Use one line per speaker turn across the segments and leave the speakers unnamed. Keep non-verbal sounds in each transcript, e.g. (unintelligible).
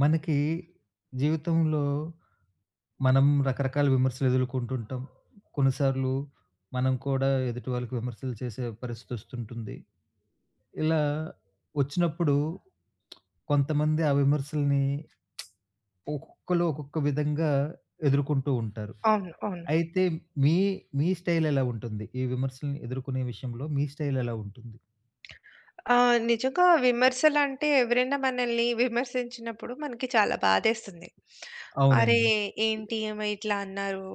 మనకి జీవితంలో మనం రకరకాల విమర్శలు ఎదుర్కొంటుంటాం. కొన్నిసార్లు మనం కూడా ఎదుటి వాళ్ళకి విమర్శలు చేసే పరిస్థితి వస్తుంటుంది. ఇలా వచ్చినప్పుడు కొంతమంది ఆ విమర్శల్ని ఒక్కొక్కళ్ళు ఒక్కొక్క విధంగా ఎదుర్కొంటూ ఉంటారు.
అవును. అవును.
అయితే మీ మీ స్టైల్ ఎలా ఉంటుంది? ఈ విమర్శల్ని ఎదుర్కొనే విషయంలో మీ స్టైల్ ఎలా ఉంటుంది?
ఆ! నిజంగా విమర్శలంటే ఎవరైనా మనల్ని విమర్శించినప్పుడు మనకి చాలా బాధేస్తుంది. అరే!
అవునండి.
ఏంటి ఈమె ఇట్లా అన్నారు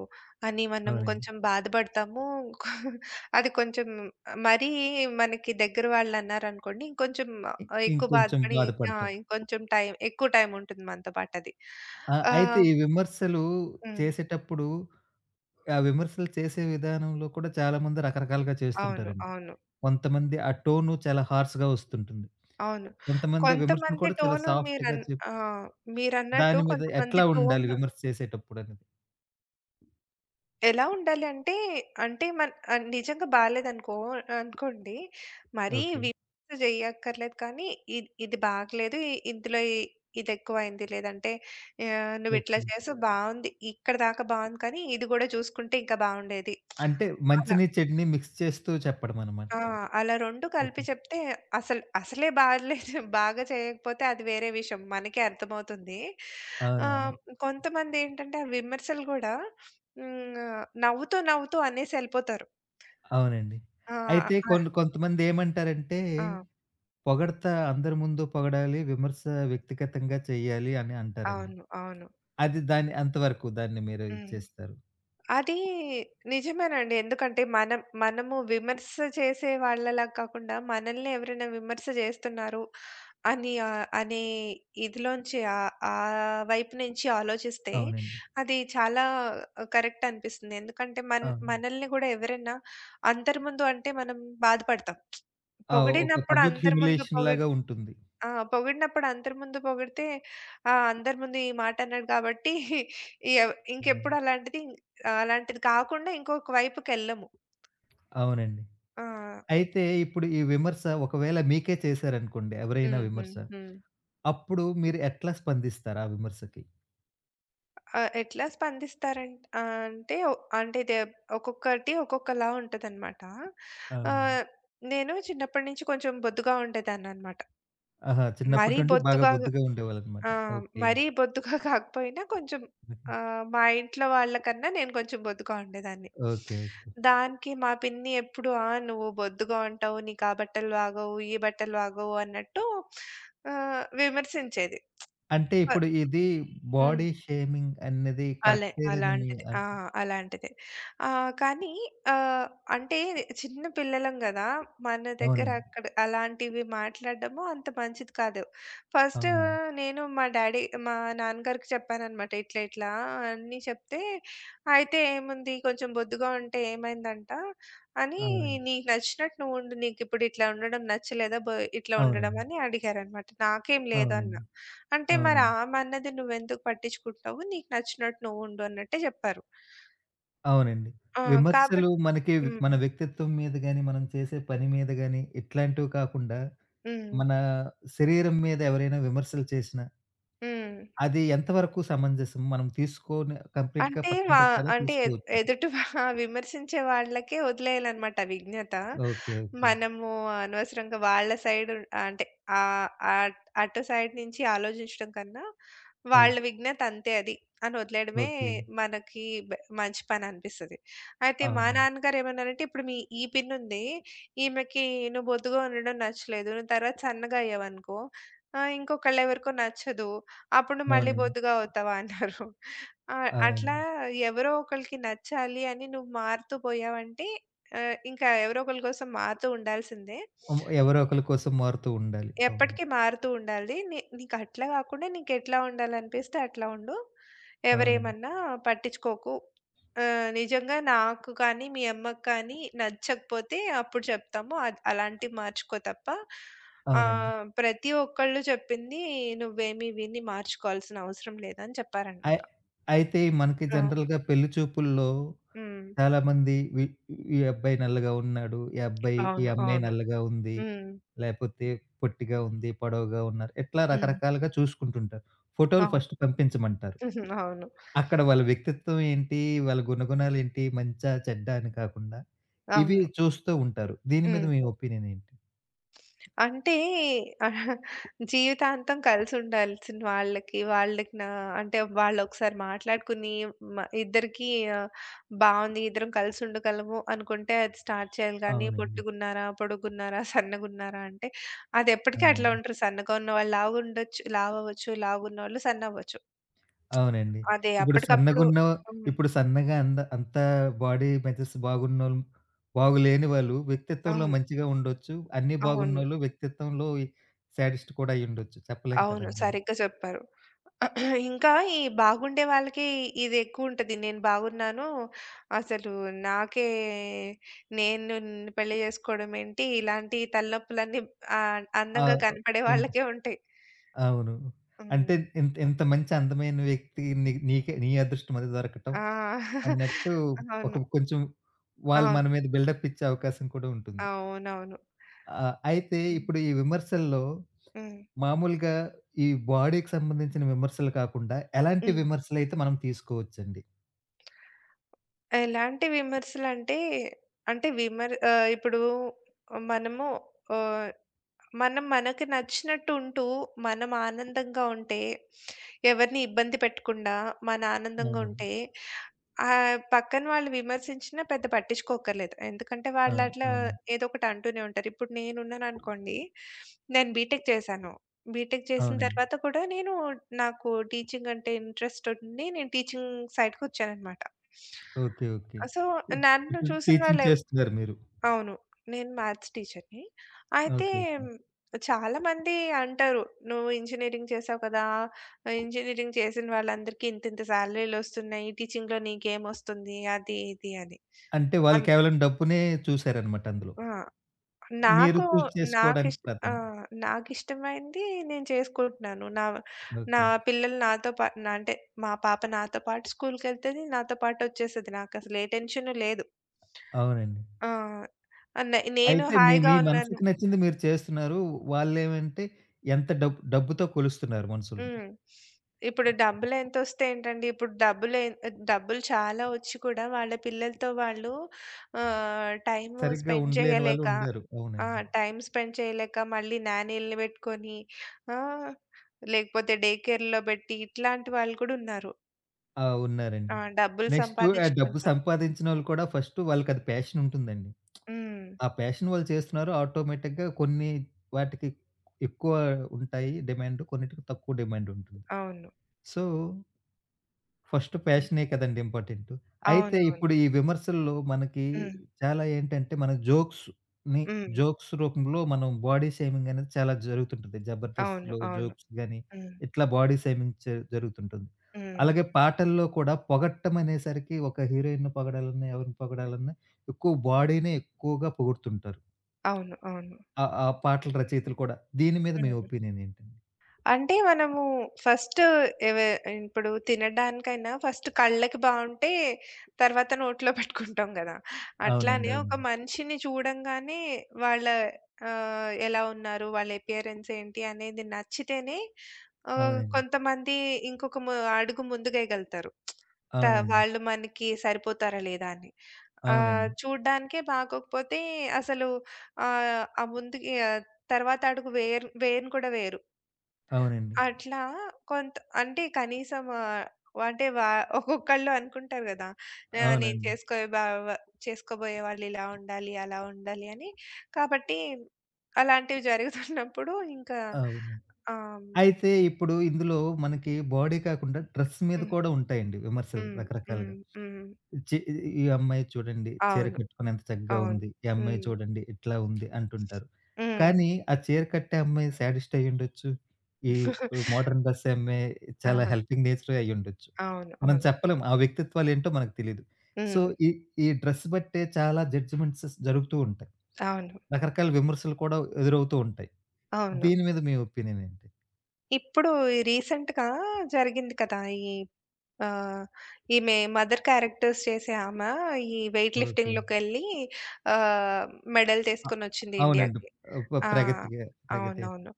అని మనం
అవునండి.
కొంచెం బాధపడతాము. (laughs) అది కొంచెం మరీ మనకి దగ్గర వాళ్ళన్నారనుకోండి ఇంకొంచెం
ఇ
ఎక్కువ
ఇంకొంచెం
బాధపడి.
బాధపడతాం.
ఇంకొంచెం టైం ఎక్కువ టైం ఉంటుంది మనతో పాటది.
ఆ, అయితే
ఆహ్,
ఈ విమర్శలు
హ్మ్.
చేసేటప్పుడు, ఆ విమర్శలు చేసే విధానంలో కూడా చాలామంది రకరకాలుగా
అవును.
చేస్తుంటారండి.
అవును.
కొంతమంది ఆ టోను చాలా హార్ష్‌గా వస్తుంటుంది.
అవును.
కొంతమంది విమర్శను
కొంతమంది
కూడా చాలా
టోను
సాఫ్ట్‌గా
మీరన్ ఆ! మీరన్నట్టు
దాని మీద
కొంతమంది
ఎట్లా
టోన్
ఉండాలి విమర్శ చేసేటప్పుడనేది?
ఎలా ఉండాలి అంటే, నిజంగా అనుకోండి, మరీ
ఓకే.
విమర్శ జేయక్కర్లేదు (unintelligible) కానీ, ఇది ఇది బాగలేదు, ఇ ఇందులో ఇ ఇదెక్కువైంది. లేదంటే నువ్విట్లా
ఓకే.
చేసావు బావుంది. ఇక్కడ దాకా బావుంది కానీ, ఇది గూడా చూసుకుంటే ఇంకా బావుండేది.
అంటే
అలా.
మంచిని, చెడుని మిక్స్ చేస్తూ చెప్పడం అనమాట.
ఆ! అలా 2 కలిపి
ఓకే.
చెప్తే అసలే బాలేదు. (laughs) బాగా చేయకపోతే అది వేరే విషయం. మనకే అర్థమవుతుంది.
అవునండి.
అవును. కొంతమందేంటంటే ఆ విమర్శలు గూడా హ్మ్. నవ్వుతూ నవ్వుతూ అనేసి ఎళ్ళిపోతారు.
అవునండి.
ఆ!
అయితే
ఆ!
కొన్ని కొంతమందేమంటారంటే,
ఆ!
పొగడ్త అందరి ముందు పొగడాలి, విమర్శ వ్యక్తిగతంగా చేయాలి అని అంటారండి.
అవును. అవును.
అది దాన్ని అంతవరకు మీరు
హ్మ్.
ఇచ్చేస్తారు.
అది నిజమేనండి. ఎందుకంటే మనము విమర్శ చేసే వాళ్ళలా కాకుండా, మనల్ని ఎవరైనా విమర్శ చేస్తున్నారు అని ఆహ్, అనే ఇదిలోంచి ఆహ్, ఆ వైపు నుంచి ఆలోచిస్తే
అవునండి.
అది చాలా కరెక్ట్ అనిపిస్తుంది. ఎందుకంటే
అవును.
మనల్ని గూడా ఎవరైనా అందరి ముందు అంటే మనం బాధపడతాం.
ఆ, ఒక
పొగిడినప్పుడు
పబ్లిక్
అందరి ముందు
హ్యూమిలియేషన్
పొగి
లాగా ఉంటుంది.
ఆ! పొగిడినప్పుడు అందరి ముందు పొగిడితే, అందరి ముందు ఈ మాట అన్నాడు కాబట్టి ఎవ్ ఇంకెప్పుడు
అవునండి.
అలాంటిది అలాంటిది కాకుండా ఇంకొక వైపుకెళ్ళము.
అవునండి.
ఆ!
అయితే ఇప్పుడు ఈ విమర్శ ఒకవేళ మీకే చేశారనుకోండి ఎవరైనా
హ్మ్. హ్మ్.
విమర్శ.
హ్మ్.
అప్పుడు మీరు ఎట్లా స్పందిస్తారు ఆ విమర్శకి?
ఆహ్, ఎట్లా స్పందిస్తారంట్ ఆహ్, అంటే అంటే ఇది ఒక్కొక్కటి ఒక్కొక్కలా ఉంటదనమాట.
అవునండి.
ఆహ్, నేను చిన్నప్పటి నుంచి కొంచెం బొద్దుగా ఉండేదాన్ననమాట.
ఆహా, చిన్నప్పటి
మరీ
నుండి బాగా
బొద్దుగా,
బొద్దుగా
ఆ!
ఉండేవాళ్ళనమాట. ఓకే.
మరీ బొద్దుగా (laughs) కాకపోయినా కొంచెం,
ఓకే.
మా ఇంట్లో వాళ్ళకన్నా నేను కొంచెం బొద్దుగా ఉండేదాన్ని.
ఓకే. ఓకే.
దానికి మా పిన్ని ఎప్పుడు, "ఆ! నువ్వు బొద్దుగా ఉంటావు. నీకా బట్టలు బాగోవు, ఈ బట్టలు బాగోవు" అన్నట్టు విమర్శించేది.
అంటే
ప
ఇప్పుడు ఇది
హ్మ్.
బాడీ షేమింగ్ అనేది
అలే
కరెక్టేనని మీ
అలాంటిది.
అనుకుంటా.
అలాంటిదే. కానీ ఆహ్, అంటే చిన్న పిల్లలం గదా! మన దగ్గర
అవునండి.
అక్కడ అలాంటివి మాట్లాడడము అంత మంచిది కాదు. ఫస్ట్
అవునండి.
నేను మా డ్యాడీ మా నాన్నగారికి చెప్పాననమాట. ఇట్లా ఇట్లా అన్నీ చెప్తే, అయితే ఏముంది కొంచెం బొద్దుగా ఉంటే ఏమైందంట, అని.
అవునండి.
నీకు నచ్చినట్టు నువ్వు ఉండు. నీకిప్పుడు ఇట్లా ఉండడం నచ్చలేదా? ఇట్లా ఉండడం
అవునండి.
అని అడిగారనమాట. నాకేం లేదన్నా.
అవునండి.
అంటే మరి
అవునండి.
ఆమె అన్నది నువ్వెందుకు పట్టించుకుంటున్నావు? నీకు నచ్చినట్టు నువ్వుండు అన్నట్టే జెప్పారు.
అవునండి.
ఆ!
విమర్శలు
కాబట్టి
మనకి మన
హ్మ్.
వ్యక్తిత్వం మీద గాని, మనం చేసే పని మీద గాని ఇట్లాంటివి కాకుండా,
హ్మ్.
మన శరీరం మీద ఎవరైనా విమర్శలు చేసినా,
హ్మ్.
అది ఎంతవరకు సమంజసం? మనం తీసుకొని కంప్లీట్‌గా
అంటే
పక్కన
వా
పెట్టాలా?
అంటే ఎ
తీసుకోవచ్చా?
ఎదుటి వా విమర్శించే వాళ్ళకే వదిలేయాలనమాట విజ్ఞత.
ఓకే. ఓకే.
మనము అనవసరంగా వాళ్ళ సైడ్ అంటే ఆహ్, అట్ అటు సైడ్ నుంచి ఆలోచించడం కన్నా,
ఓ
వాళ్ళ విజ్ఞత అంతే అది అని వదిలేయడమే
ఓకే.
మనకి మంచి పని అనిపిస్తది. అయితే మా
అవునండి.
నాన్నగారు ఏమన్నారంటే, "ఇప్పుడు మీ ఈ పిన్నుంది, ఈమెకి నువ్వు బొద్దుగా ఉండడం నచ్చలేదు. నువ్వు తర్వాత సన్నగా అయ్యావనుకో, ఇంకొకళ్ళెవరికో నచ్చదు. అప్పుడు నువ్వు మళ్ళీ
అవునండి.
బొద్దుగా అవుతావా" అన్నారు. ఆ!
అవును.
అట్లా ఎవరో ఒకళ్ళకి నచ్చాలి అని నువ్వు మారుతూ పోయావంటే ఇంకా ఎవరో ఒకళ్ళ కోసం మారుతూ ఉండాల్సిందే.
హ్మ్. ఎవరో ఒకళ్ళ కోసం మారుతూ ఉండాలి.
ఎప్పటికీ
అవునండి.
మారుతూ ఉండాలి. నీకు అట్లా కాకుండా నీకెట్లా ఉండాలనిపిస్తే అట్లా ఉండు.
అవునండి.
ఎవరేమన్నా పట్టించుకోకు. నిజంగా నాకు కానీ, మీ అమ్మకి కానీ నచ్చకపోతే అప్పుడు చెప్తాము. అలాంటివి మార్చుకో తప్ప
అవునండి.
ప్రతి ఒక్కళ్ళు చెప్పింది నువ్వేమి విని మార్చుకోవాల్సిన అవసరం లేదని చెప్పారనమాట.
అయ్ అయితే మనకి
ఆ!
జనరల్‌గా పెళ్లి చూపుల్లో
హ్మ్.
చాలామంది ఈ అబ్బాయి నల్లగా ఉన్నాడు. ఈ
అవును.
అమ్మాయి
అవును.
నల్లగా ఉంది.
హ్మ్.
లేపోతే పొట్టిగా ఉంది, పొడవుగా ఉన్నారు. ఇట్లా
హ్మ్.
రకరకాలుగా చూసుకుంటుంటారు. ఫోటోలు
అవును.
ఫస్ట్ పంపించమంటారు.
(laughs) అవును.
అక్కడ వాళ్ళ వ్యక్తిత్వం ఏంటి? వాళ్ళ గుణగుణాలేంటి? మంచా? చెడ్డా? అని కాకుండా ఇవి
అవును.
చూస్తూ ఉంటారు. దీని మీద మీ
హుహు.
ఒపీనియన్ ఏంటి?
అంటే (laughs) జీవితాంతం కలిసుండాల్సిన వాళ్ళకి, నా అంటే వాళ్ళొకసారి మాట్లాడుకుని ఇద్దరికీ ఆహ్, బావుంది ఇద్దరం కలిసుండగలము అనుకుంటే అది స్టార్ట్ చేయాలి గానీ,
అవునండి.
పొట్టుగున్నారా, పొడుగున్నారా, సన్నగున్నారా అంటే అదెప్పటికీ అట్లా
అవునండి.
ఉంటారు. సన్నగా ఉన్నవాళ్ళు లావవ్వచ్చు, లావుగున్నోళ్ళు సన్నవ్వచ్చు.
అవునండి.
అదే
ఇప్పుడు
అప్పటికప్పుడు
సన్నగున్న
హ్మ్.
ఇప్పుడు సన్నగా అంత బాడీ మెజర్స్ బాగున్నోళ్ళు బాగులేని వాళ్ళు వ్యక్తిత్వంలో
అవును.
మంచిగా ఉండొచ్చు. అన్నీ
అవును.
బాగున్నోళ్ళు వ్యక్తిత్వంలో శాడిస్ట్ కూడా అయ్యుండొచ్చు. చెప్పలేం
అవును.
కదండీ అది.
సరిగ్గా చెప్పారు. (clears throat) ఇంకా ఈ బాగుండే వాళ్ళకి ఇది ఎక్కువుంటది. నేను బాగున్నాను. అసలు నాకే నేను నిన్ను పెళ్లి చేసుకోవడం ఏంటి? ఇలాంటి తలనొప్పులన్నీ
ఆ!
అందంగా కనపడే
ఉన్
వాళ్ళకే ఉంటాయి.
అవును. అంటే
హ్మ్.
ఇంత ఇంత మంచి అందమైన వ్యక్తి నీకే నీ అదృష్టం అది దొరకటం
ఆ!
అన్నట్టు
(laughs)
ఒక
అవును.
కొంచెం వాళ్ళు మన
అవును.
మీద బిల్డప్ ఇచ్చే అవకాశం కూడా ఉంటుంది.
అవునవును.
అయితే
హ్మ్.
ఇప్పుడు ఈ విమర్శల్లో
హ్మ్.
మామూలుగా ఈ బాడీకి సంబంధించిన విమర్శలు కాకుండా, ఎలాంటి
హ్మ్.
విమర్శలైతే మనం తీసుకోవచ్చండి?
ఎలాంటి విమర్శలంటే, అంటే అంటే విమర్ ఆహ్, ఇప్పుడు మనము ఆహ్ మనం మనకు నచ్చినట్టు ఉంటూ, మనం ఆనందంగా ఉంటే, ఎవరిని ఇబ్బంది పెట్టకుండా, మన ఆనందంగా
అవునండి.
ఉంటే, పక్కన వాళ్ళు విమర్శించినా పెద్ద పట్టించుకోక్కర్లేదు. ఎందుకంటే వాళ్ళు
అవును.
అట్లా
అవునండి.
ఏదో ఒకటి అంటూనే ఉంటారు. ఇప్పుడు నేనున్నాననుకోండి, నేను బీటెక్ చేశాను. బీటెక్ చేసిన
అవునండి.
తర్వాత కూడా నాకు టీచింగ్ అంటే ఇంట్రెస్ట్ ఉండి, నేను టీచింగ్ సైడ్‌కొచ్చాననమాట.
ఓకే. ఓకే.
సో,
ఇప్
నన్ను
ఇప్పుడు
చూసిన
టీచింగ్
వాళ్ళు
చేస్తున్నారు మీరు.
అవును. నేను మ్యాథ్స్ టీచర్‌ని. అయితే
ఓకే. ఓకే.
చాలామంది అంటారు, "నువ్వు ఇంజినీరింగ్ చేసావు కదా! ఇంజినీరింగ్ చేసిన వాళ్ళందరికీ ఇంతింత సాలరీలొస్తున్నాయి. టీచింగ్‌లో నీకేమొస్తుంది?" అది ఇది అని.
అంటే వాళ్ళు
అన్
కేవలం డబ్బునే చూసారనమాట అందులో.
ఆ!
మీరు
నాకు
చూజ్
నాకిష్
చేసుకోవడానికి
ఆ!
ప్రధానం.
నాకిష్టమైంది నేను చేసుకుంటున్నాను. నా నా
ఓకే.
పిల్లలు నాతో పా నా అంటే మా పాప నాతో పాటు స్కూల్‌కెళ్తది. నాతో పాటొచ్చేస్తది. నాకసలు ఏ టెన్షను లేదు.
అవునండి.
ఆ! నే నేను
అయితే మీ
హాయిగా
మీ
ఉన్నాను.
మనసుకి నచ్చింది మీరు చేస్తున్నారు. వాళ్ళేమంటే ఎంత డబ్బుతో కొలుస్తున్నారు మనుషుల్ని.
హ్మ్. ఇప్పుడు డబ్బులెంతొస్తే ఏంటండి? ఇప్పుడు డబ్బులే డబ్బులు చాలా ఒచ్చి కూడా వాళ్ళ పిల్లలతో వాళ్ళు టైము
సరిగ్గా
స్పెండ్
ఉండలేని వాళ్ళు
చేయలేక,
ఉండారు.
ఆ!
అవునండి.
టైమ్ స్పెండ్ చేయలేక మళ్ళీ నానీలని బెట్టుకొని, ఆ! లేకపోతే డే కేర్‌లో బెట్టి, ఇట్లాంటి వాళ్ళు కూడా ఉన్నారు.
ఆ, ఉన్నారండి.
డబ్బులు
నెక్స్టు డబ్బు
సంపాదించుకుంటూ.
సంపాదించినోళ్ళు కూడా ఫస్టు వాళ్ళకది ప్యాషన్ ఉంటుందండి.
హ్మ్.
ఆ ప్యాషన్ వాళ్ళు చేస్తున్నారు. ఆటోమేటిక్‌గా కొన్ని వాటికి ఎక్కువ ఉంటాయి డిమాండ్. కొన్నిటికి తక్కువ డిమాండ్ ఉంటుంది.
అవును.
సో, ఫస్ట్
హ్మ్.
ప్యాషనే కదండీ ఇంపార్టెంటు. అయితే
అవునవును.
ఇప్పుడు ఈ విమర్శల్లో మనకి
హ్మ్.
చాలా ఏంటంటే, మన జోక్స్‌ని
హ్మ్.
జోక్స్ రూపంలో మనం బాడీ షేమింగ్ అనేది చాలా జరుగుతుంటుంది.
అవును.
'జబర్దస్త్'లో
అవును.
జోక్స్ గాని,
హ్మ్.
ఇట్లా బాడీ షేమింగ్ జరుగుతుంటుంది.
హ్మ్.
అలాగే పాటల్లో కూడా పొగట్టం అనేసరికి ఒక హీరోయిన్‌ని పొగడాలన్నా, ఎవరిని పొగడాలన్నా ఎక్కువ బాడీనే ఎక్కువగా పొగుడుతుంటారు.
అవును. అవును.
ఆ ఆ పాటల రచయితలు కూడా. దీని మీద మీ
హ్మ్.
ఒపీనియన్ ఏంటండి?
అంటే మనము ఫస్ట్ ఎవ ఇప్పుడు తినడానికైనా ఫస్ట్ కళ్ళకి బావుంటే తర్వాత నోట్లో పెట్టుకుంటాం గదా!
అవునండి.
అట్లానే ఒక
అవునండి.
మనిషిని చూడంగానే వాళ్ళ ఎలా ఉన్నారు? వాళ్ళ ఎపియరెన్స్ ఏంటి? అనేది నచ్చితేనే
అవునండి.
కొంతమంది ఇంకొక ము అడుగు ముందుకేయగలుగుతారు. త
అవునండి.
వాళ్ళు మనకి సరిపోతారా లేదా అని.
అవునండి.
చూడ్డానికే బాగోకపోతే అసలు ఆహ్, ఆ ముందుకి ఆహ్, తర్వాత అడుగు వేయను కూడా వేయరు.
అవునండి.
అట్లా కొంత అంటే కనీసం ఆహ్, అంటే వా ఒక్కొక్కళ్ళు అనుకుంటారు గదా! ఆహ్, నేను
అవునండి.
చేసుకోబోయే బావ చేసుకోబోయే వాళ్ళు ఇలా ఉండాలి, అలా ఉండాలి అని. కాబట్టి అలాంటివి జరుగుతున్నప్పుడు ఇంకా.
అవునండి.
ఆహ్,
అయితే ఇప్పుడు ఇందులో మనకి బాడీ కాకుండా డ్రెస్ మీద
హ్మ్.
కూడా ఉంటాయండి విమర్శలు
హ్మ్. హ్మ్.
రకరకాలుగా.
హ్మ్.
చి ఈ అమ్మాయి చూడండి చీర
అవును.
కట్టుకొని ఎంత చక్కగా
అవును.
ఉంది. ఈ అమ్మాయి
హ్మ్.
చూడండి ఇట్లా ఉంది అంటుంటారు.
హ్మ్.
కానీ ఆ చీర కట్టే అమ్మాయి శాడిస్ట్ అయ్యుండొచ్చు. ఈ
(laughs)
మోడర్న్ డ్రెస్ అమ్మాయి చాలా
అవును.
హెల్పింగ్ నేచర్ అయ్యుండొచ్చు. మనం
అవును.
చెప్పలేం ఆ వ్యక్తిత్వాలు ఏంటో మనకు తెలీదు. సో,
హ్మ్.
ఈ ఈ డ్రెస్ బట్టే చాలా జడ్జ్‌మెంట్స్ జరుగుతూ ఉంటాయి.
అవును.
రకరకాల విమర్శలు కూడా ఎదురవుతూ ఉంటాయి.
అవును.
దీని మీద మీ ఒపీనియన్ ఏంటి?
ఇప్పుడు ఈ రీసెంట్‌గా జరిగింది కదా! ఈ ఆ! ఈమె మదర్ క్యారెక్టర్స్ చేసే ఈ వెయిట్
ఓకే.
లిఫ్టింగ్‌లోకెళ్ళి ఆహ్, మెడల్
అ
తీసుకొనొచ్చింది
అవునండి.
ఇండియాకి. ఆ!
ప్రగతిగే ప్రగతే.
అవునవును.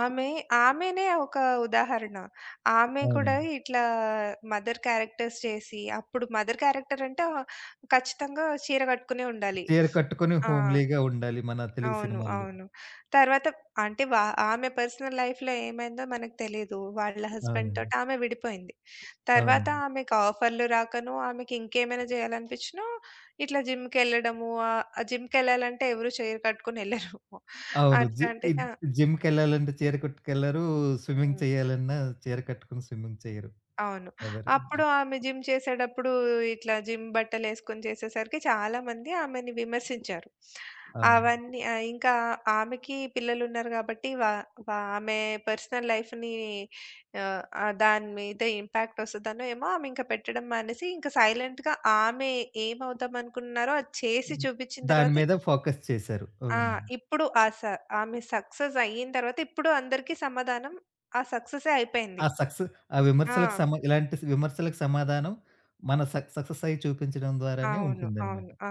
ఆమె ఆమెనే ఒక ఉదాహరణ. ఆమె కూడా
అవునండి.
ఇట్లా మదర్ క్యారెక్టర్స్ చేసి, అప్పుడు మదర్ క్యారెక్టర్ అంటే ఆ, ఖచ్చితంగా చీర కట్టుకునే ఉండాలి.
చీర కట్టుకొని
ఆ!
హోమ్‌లీగా ఉండాలి మన తెలుగు
అవును.
సినిమాల్లో.
తర్వాత అంటే వా ఆమె పర్సనల్ లైఫ్‌లో ఏమైందో మనకు తెలీదు. వాళ్ళ హస్బెండ్
అవునండి.
తోటి ఆమె విడిపోయింది. తర్వాత
అవునండి.
ఆమెకు ఆఫర్‌లు రాకనో, ఆమెకి ఇంకేమైనా జేయాలనిపించినా ఇట్లా జిమ్‌కెళ్ళడము, ఆ జిమ్‌కెళ్ళాలంటే ఎవరు చైర్ కట్టుకొని ఎళ్ళరు.
అవును. జి
అట్లాంటిది.
ఇద్
ఆ!
జిమ్‌కెళ్ళాలంటే చీర కట్టుకెళ్లరు. స్విమ్మింగ్
హ్మ్.
చేయాలన్నా చీర కట్టుకొని స్విమ్మింగ్ చేయరు
అవును.
ఎవరు.
అప్పుడు ఆమె జిమ్ చేసేటప్పుడు ఇట్లా జిమ్ బట్టలేసుకొని చేసేసరికి చాలామంది ఆమెని విమర్శించారు.
అవును.
అవన్నీ ఇంకా ఆమెకి పిల్లలున్నారు గాబట్టి వా వా ఆమె పర్సనల్ లైఫ్‌ని ఆహ్, ఆహ్, దాని మీద ఇంపాక్ట్ ఒస్తదనో ఏమో ఆమె ఇంక పెట్టడం మానేసి ఇంక సైలెంట్‌గా ఆమె ఏమవుదామనుకున్నారో అది చేసి చూపిచ్చిన
దాని
తర్వాత,
మీద ఫోకస్ చేశారు.
ఆ!
అవునండి.
ఇప్పుడు ఆ స ఆమె సక్సెస్ అయిన తర్వాత ఇప్పుడు అందరికీ సమాధానం ఆ సక్సెసే అయిపోయింది.
ఆ సక్సె ఆ విమర్శలకు
ఆ!
ఇలాంటి విమర్శలకు సమాధానం మన సక్సెస్ అయ్యి చూపించడం ద్వారానే
అవును. అవును.
ఉంటుందనమాట.
ఆ!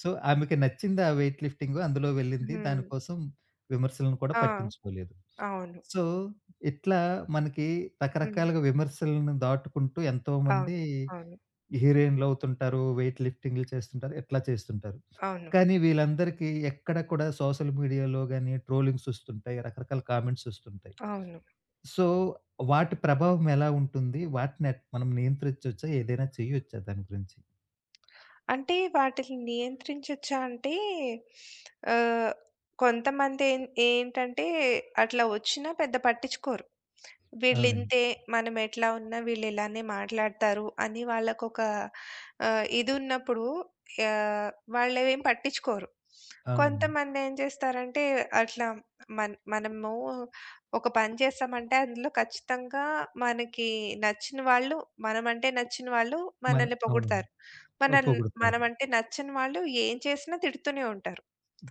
సో, ఆమెకి నచ్చింది ఆ వెయిట్ లిఫ్టింగు. అందులో వెళ్ళింది.
హ్మ్.
దానికోసం విమర్శలను కూడా
ఆ!
పట్టించుకోలేదు.
అవును.
సో, ఇట్లా మనకి
హ్మ్.
రకరకాలుగా విమర్శలను దాటుకుంటూ ఎంతోమంది
అవును. అవును.
హీరోయిన్‌లవుతుంటారు. వెయిట్ లిఫ్టింగులు చేస్తుంటారు. ఇట్లా చేస్తుంటారు.
అవును.
కానీ వీళ్ళందరికీ ఎక్కడ కూడా సోషల్ మీడియాలో గాని ట్రోలింగ్స్ వస్తుంటాయి. రకరకాల కామెంట్స్ వస్తుంటాయి.
అవును.
సో, వాటి ప్రభావం ఎలా ఉంటుంది? వాటిని మనం నియంత్రించొచ్చా? ఏదైనా చేయొచ్చా దాని గురించి?
అంటే వాటిని నియంత్రించొచ్చా అంటే ఆహ్, కొంతమంది ఏం ఏంటంటే అట్లా వచ్చినా పెద్ద పట్టించుకోరు.
అవునండి.
వీళ్ళింతే, మనమెట్లా ఉన్నా వీళ్ళిలానే మాట్లాడతారు అని వాళ్ళకొక ఇదున్నప్పుడు ఆహ్, వాళ్ళవేం పట్టించుకోరు.
అవునండి.
కొంతమందేం చేస్తారంటే అట్లా మనము ఒక పని చేస్తామంటే అందులో ఖచ్చితంగా మనకి నచ్చిన వాళ్ళు, మనమంటే నచ్చిన వాళ్ళు
మన
మనల్ని
అవునండి.
పొగుడుతారు.
ఓ,
మనల్
పొగుడుతారు.
మనమంటే నచ్చని వాళ్ళు ఏం చేసినా తిడుతూనే ఉంటారు.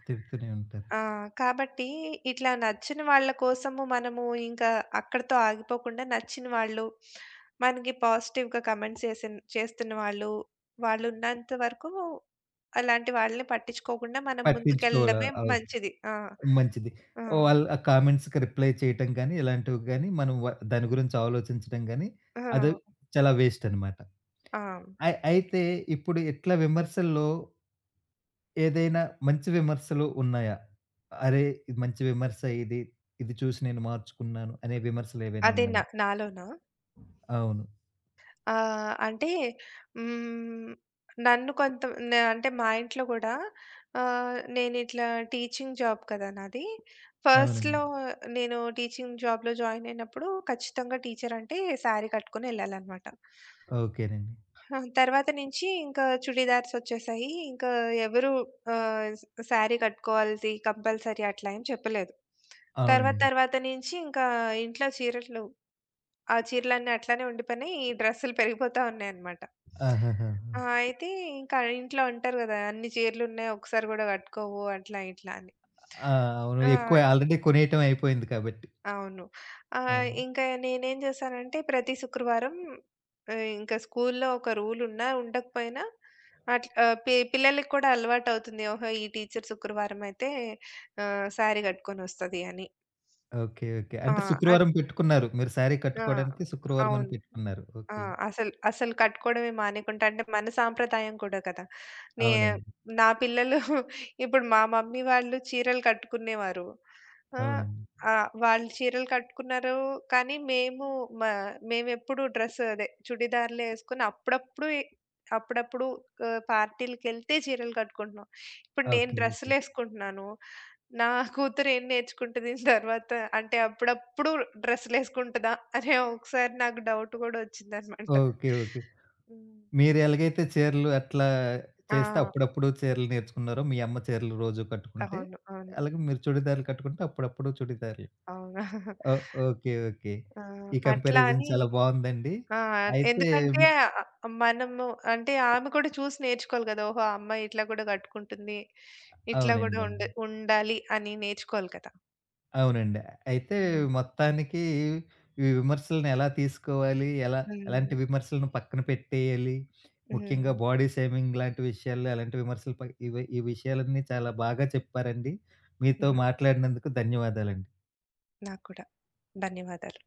తిడుతూనే ఉంటారు.
ఆ! కాబట్టి ఇట్లా నచ్చిన వాళ్ళ కోసము మనము ఇంకా అక్కడితో ఆగిపోకుండా, నచ్చిన వాళ్ళు, మనకి పాజిటివ్‌గా కమెంట్స్ చేసిన్ చేస్తున్న వాళ్ళు, వాళ్ళున్నంత వరకు అలాంటి వాళ్ళని పట్టించుకోకుండా మనం
పట్టించుకోల
ముందుకెళ్ళడమే
అవసరం
మంచిది. ఆ!
మంచిది.
ఆ!
వాళ్ళు ఆ కామెంట్స్‌కి రిప్లై చేయటం గాని, ఇలాంటివి గాని మనం దాని గురించి ఆలోచించడం గాని, అది
ఆ!
చాలా వేస్ట్ అనమాట.
ఆ!
అయితే ఇప్పుడు ఇట్లా విమర్శల్లో ఏదైనా మంచి విమర్శలు ఉన్నాయా? అరే, ఇది మంచి విమర్శ ఇది. ఇది చూసి నేను మార్చుకున్నాను అనే విమర్శలు ఏవైనా
అదే నా
ఉన్నాయా?
నాలోనా?
అవును.
ఆ! అంటే హ్మ్. నన్ను కొంత న అంటే మా ఇంట్లో గూడా, ఆహ్, నేనిట్లా టీచింగ్ జాబ్ కదా నాది.
అవునండి.
ఫస్ట్‌లో నేను టీచింగ్ జాబ్‌లో జాయిన్ అయినప్పుడు ఖచ్చితంగా టీచర్ అంటే శారీ కట్టుకొని ఎళ్ళాలనమాట.
ఓకేనండి.
తర్వాత నుంచి ఇంకా చుడీదార్స్ ఒచ్చేసాయి. ఇంకా ఎవరు ఆహ్, స్ శారీ కట్టుకోవాల్సి కంపల్సరీ అట్లా ఏం చెప్పలేదు. తర్వాత
అవునండి.
తర్వాత నుంచి ఇంకా ఇంట్లో చీరలు, ఆ చీరలన్నీ అట్లానే ఉండిపోయినాయి. ఈ డ్రెస్సులు పెరిగిపోతా ఉన్నాయన్నమాట.
ఆహాహాహా!
అయితే ఇంకా ఇంట్లో అంటారు గదా, "అన్ని చీరలున్నాయి. ఒక్కసారి గూడా కట్టుకోవు" అట్లా ఇట్లా అని.
ఆ! అవును.
ఆ!
ఎక్కువ ఆల్రెడీ కొనేయటం అయిపోయింది కాబట్టి.
అవును.
అవును.
ఇంకా నేనేం చేశానంటే ప్రతి శుక్రవారం ఇంకా స్కూల్లో ఒక రూల్ ఉన్నా ఉండకపోయినా అట్లా, ఆహ్, పి పిల్లలకి కూడా అలవాటవుతుంది. ఓహో! ఈ టీచర్ శుక్రవారం అయితే శారీ కట్టుకొనొస్తది అని.
ఓకే. ఓకే.
ఆ!
అంటే
అట్
శుక్రవారం పెట్టుకున్నారు. మీరు శారీ
ఆ!
కట్టుకోవడానికి శుక్రవారం అని
అవును.
పెట్టుకున్నారు.
ఆ!
ఓకే.
అసలు, అసలు కట్టుకోవడమే మానేకుంటా అంటే మన సాంప్రదాయం కూడా కదా! నే
అవునండి.
నా పిల్లలు. (laughs) ఇప్పుడు మా మమ్మీ వాళ్ళు చీరలు కట్టుకునేవారు. ఆ!
అవునండి.
వాళ్ళు చీరలు కట్టుకున్నారు. కానీ మేము, మ మేమెప్పుడు డ్రెస్ అదే చుడిదార్‌లే ఏసుకొని అప్పుడప్పుడు పార్టీలకెళ్తే చీరలు కట్టుకుంటున్నాం. ఇప్పుడు నేను
ఓకే. ఓకే.
డ్రెస్సులేసుకుంటున్నాను. నా కూతురు ఏం నేర్చుకుంటది తర్వాత, అంటే అప్పుడప్పుడు డ్రెస్సులేసుకుంటదా అనే ఒకసారి నాకు డౌట్ గూడా ఒచ్చిందనమాట.
ఓకే. ఓకే.
హ్మ్.
మీరు ఎలాగైతే చీరలు అట్లా
ఆ!
చేస్తే అప్పుడప్పుడు చీరలు నేర్చుకున్నారో, మీ అమ్మ చీరలు రోజు కట్టుకుంటే,
అవును. అవును.
అలాగే మీరు చుడిదార్లు కట్టుకుంటే అప్పుడప్పుడు చుడిదార్లు.
అవును.
ఓ ఓకే. ఓకే.
ఆ!
ఈ
అట్లా
కంపారిజన్
అని.
చాలా బావుందండి.
ఆ!
అయితే
ఎందుకంటే
మ్
ఆహ్, మనము అంటే ఆమె కూడా చూసి నేర్చుకోవాలి గదా! ఓహో! ఆ అమ్మాయి ఇట్లా గూడా గట్టుకుంటుంది. ఇట్లా గూడా
అవునండి. అవును.
ఉండాలి అని నేర్చుకోవాలి కదా!
అవునండి. అయితే
హ్మ్.
మొత్తానికి ఈ విమర్శలను ఎలా తీసుకోవాలి? ఎలా
హ్మ్.
ఎలాంటి విమర్శలను పక్కన పెట్టేయాలి?
హ్మ్.
ముఖ్యంగా బాడీ షేమింగ్ లాంటి విషయాల్లో ఎలాంటి విమర్శలు ఇవి ఈ విషయాలన్నీ చాలా బాగా చెప్పారండి. మీతో
హుహు.
మాట్లాడినందుకు ధన్యవాదాలండి.
నాకు కూడా. ధన్యవాదాలు.